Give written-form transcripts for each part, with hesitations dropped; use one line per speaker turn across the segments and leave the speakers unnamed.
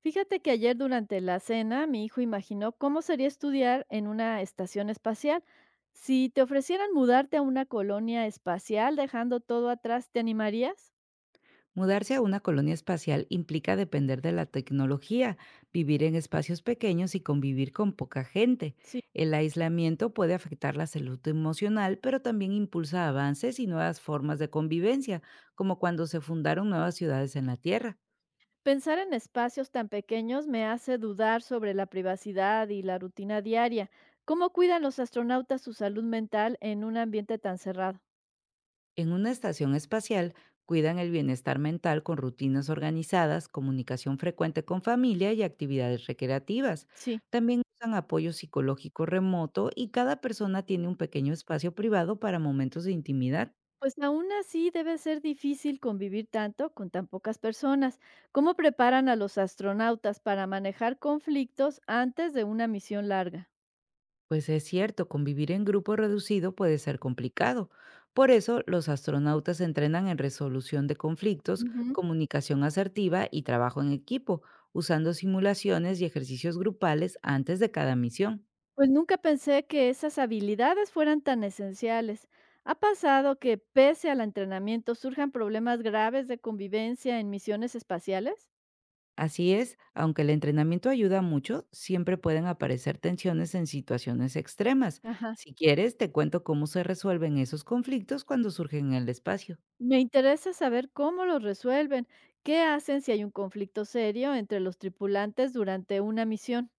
Fíjate que ayer durante la cena mi hijo imaginó cómo sería estudiar en una estación espacial. Si te ofrecieran mudarte a una colonia espacial dejando todo atrás, ¿te animarías?
Mudarse a una colonia espacial implica depender de la tecnología, vivir en espacios pequeños y convivir con poca gente.
Sí.
El aislamiento puede afectar la salud emocional, pero también impulsa avances y nuevas formas de convivencia, como cuando se fundaron nuevas ciudades en la Tierra.
Pensar en espacios tan pequeños me hace dudar sobre la privacidad y la rutina diaria. ¿Cómo cuidan los astronautas su salud mental en un ambiente tan cerrado?
En una estación espacial cuidan el bienestar mental con rutinas organizadas, comunicación frecuente con familia y actividades recreativas.
Sí.
También usan apoyo psicológico remoto y cada persona tiene un pequeño espacio privado para momentos de intimidad.
Pues aún así debe ser difícil convivir tanto con tan pocas personas. ¿Cómo preparan a los astronautas para manejar conflictos antes de una misión larga?
Pues es cierto, convivir en grupo reducido puede ser complicado. Por eso, los astronautas se entrenan en resolución de conflictos,
Ujú.
comunicación asertiva y trabajo en equipo, usando simulaciones y ejercicios grupales antes de cada misión.
Pues nunca pensé que esas habilidades fueran tan esenciales. ¿Ha pasado que pese al entrenamiento surjan problemas graves de convivencia en misiones espaciales?
Así es, aunque el entrenamiento ayuda mucho, siempre pueden aparecer tensiones en situaciones extremas.
Ajá.
Si quieres, te cuento cómo se resuelven esos conflictos cuando surgen en el espacio.
Me interesa saber cómo los resuelven. ¿Qué hacen si hay un conflicto serio entre los tripulantes durante una misión?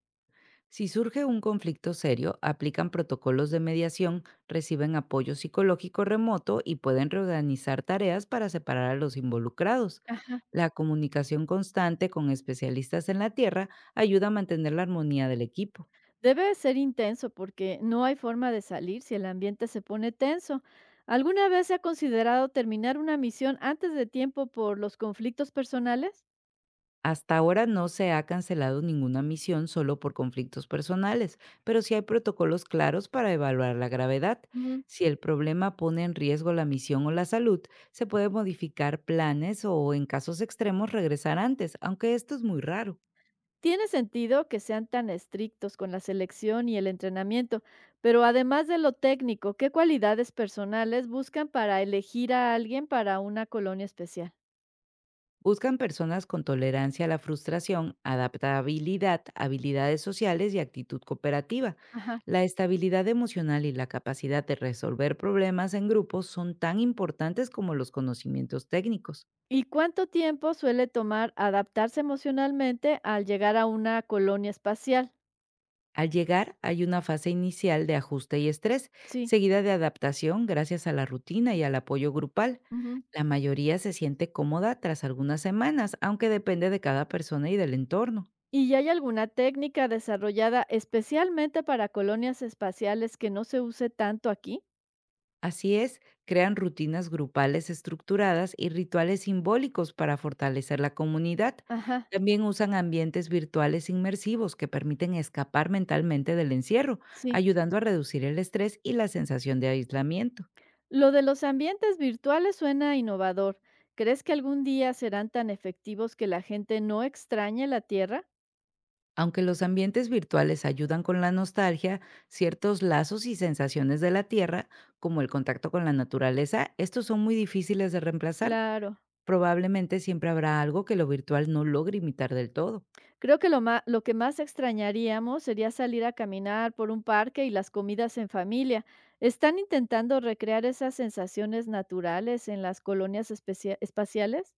Si surge un conflicto serio, aplican protocolos de mediación, reciben apoyo psicológico remoto y pueden reorganizar tareas para separar a los involucrados.
Ajá.
La comunicación constante con especialistas en la Tierra ayuda a mantener la armonía del equipo.
Debe ser intenso porque no hay forma de salir si el ambiente se pone tenso. ¿Alguna vez se ha considerado terminar una misión antes de tiempo por los conflictos personales?
Hasta ahora no se ha cancelado ninguna misión solo por conflictos personales, pero sí hay protocolos claros para evaluar la gravedad.
Ujú.
Si el problema pone en riesgo la misión o la salud, se puede modificar planes o, en casos extremos, regresar antes, aunque esto es muy raro.
Tiene sentido que sean tan estrictos con la selección y el entrenamiento, pero además de lo técnico, ¿qué cualidades personales buscan para elegir a alguien para una colonia especial?
Buscan personas con tolerancia a la frustración, adaptabilidad, habilidades sociales y actitud cooperativa.
Ajá.
La estabilidad emocional y la capacidad de resolver problemas en grupos son tan importantes como los conocimientos técnicos.
¿Y cuánto tiempo suele tomar adaptarse emocionalmente al llegar a una colonia espacial?
Al llegar hay una fase inicial de ajuste y estrés,
Sí.
seguida de adaptación gracias a la rutina y al apoyo grupal.
Ujú.
La mayoría se siente cómoda tras algunas semanas, aunque depende de cada persona y del entorno.
¿Y hay alguna técnica desarrollada especialmente para colonias espaciales que no se use tanto aquí?
Así es, crean rutinas grupales estructuradas y rituales simbólicos para fortalecer la comunidad.
Ajá,
También usan ambientes virtuales inmersivos que permiten escapar mentalmente del encierro,
sí.
ayudando a reducir el estrés y la sensación de aislamiento.
Lo de los ambientes virtuales suena innovador. ¿Crees que algún día serán tan efectivos que la gente no extrañe la Tierra?
Aunque los ambientes virtuales ayudan con la nostalgia, ciertos lazos y sensaciones de la tierra, como el contacto con la naturaleza, estos son muy difíciles de reemplazar.
Claro.
Probablemente siempre habrá algo que lo virtual no logre imitar del todo.
Creo que lo que más extrañaríamos sería salir a caminar por un parque y las comidas en familia. ¿Están intentando recrear esas sensaciones naturales en las colonias espaciales?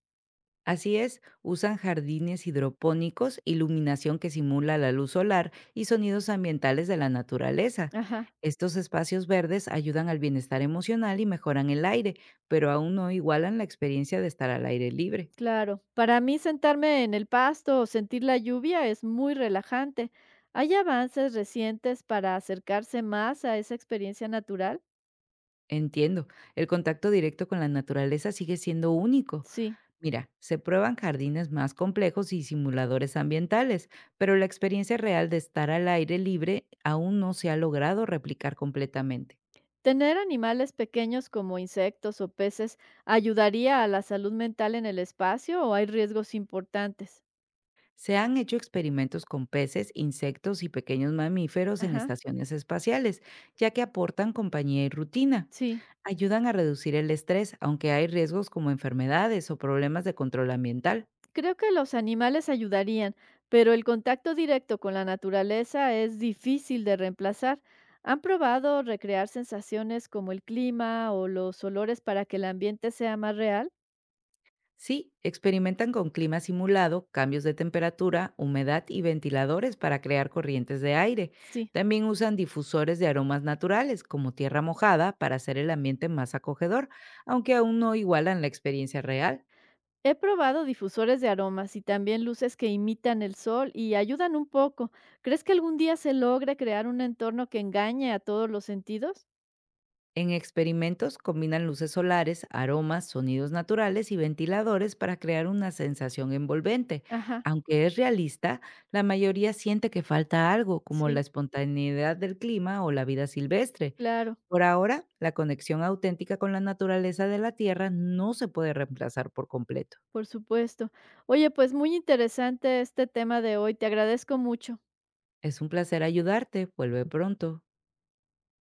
Así es, usan jardines hidropónicos, iluminación que simula la luz solar y sonidos ambientales de la naturaleza.
Ajá.
Estos espacios verdes ayudan al bienestar emocional y mejoran el aire, pero aún no igualan la experiencia de estar al aire libre.
Claro, para mí sentarme en el pasto o sentir la lluvia es muy relajante. ¿Hay avances recientes para acercarse más a esa experiencia natural?
Entiendo, el contacto directo con la naturaleza sigue siendo único.
Sí.
Mira, se prueban jardines más complejos y simuladores ambientales, pero la experiencia real de estar al aire libre aún no se ha logrado replicar completamente.
¿Tener animales pequeños como insectos o peces ayudaría a la salud mental en el espacio o hay riesgos importantes?
Se han hecho experimentos con peces, insectos y pequeños mamíferos en
Ajá,
estaciones espaciales, ya que aportan compañía y rutina.
sí.
Ayudan a reducir el estrés, aunque hay riesgos como enfermedades o problemas de control ambiental.
Creo que los animales ayudarían, pero el contacto directo con la naturaleza es difícil de reemplazar. ¿Han probado recrear sensaciones como el clima o los olores para que el ambiente sea más real?
Sí, experimentan con clima simulado, cambios de temperatura, humedad y ventiladores para crear corrientes de aire.
Sí.
También usan difusores de aromas naturales, como tierra mojada, para hacer el ambiente más acogedor, aunque aún no igualan la experiencia real.
He probado difusores de aromas y también luces que imitan el sol y ayudan un poco. ¿Crees que algún día se logre crear un entorno que engañe a todos los sentidos?
En experimentos combinan luces solares, aromas, sonidos naturales y ventiladores para crear una sensación envolvente.
Ajá,
Aunque es realista, la mayoría siente que falta algo, como la
sí,
espontaneidad del clima o la vida silvestre.
claro,
Por ahora, la conexión auténtica con la naturaleza de la Tierra no se puede reemplazar por completo.
por supuesto. Oye, pues muy interesante este tema de hoy. Te agradezco mucho.
Es un placer ayudarte. Vuelve pronto.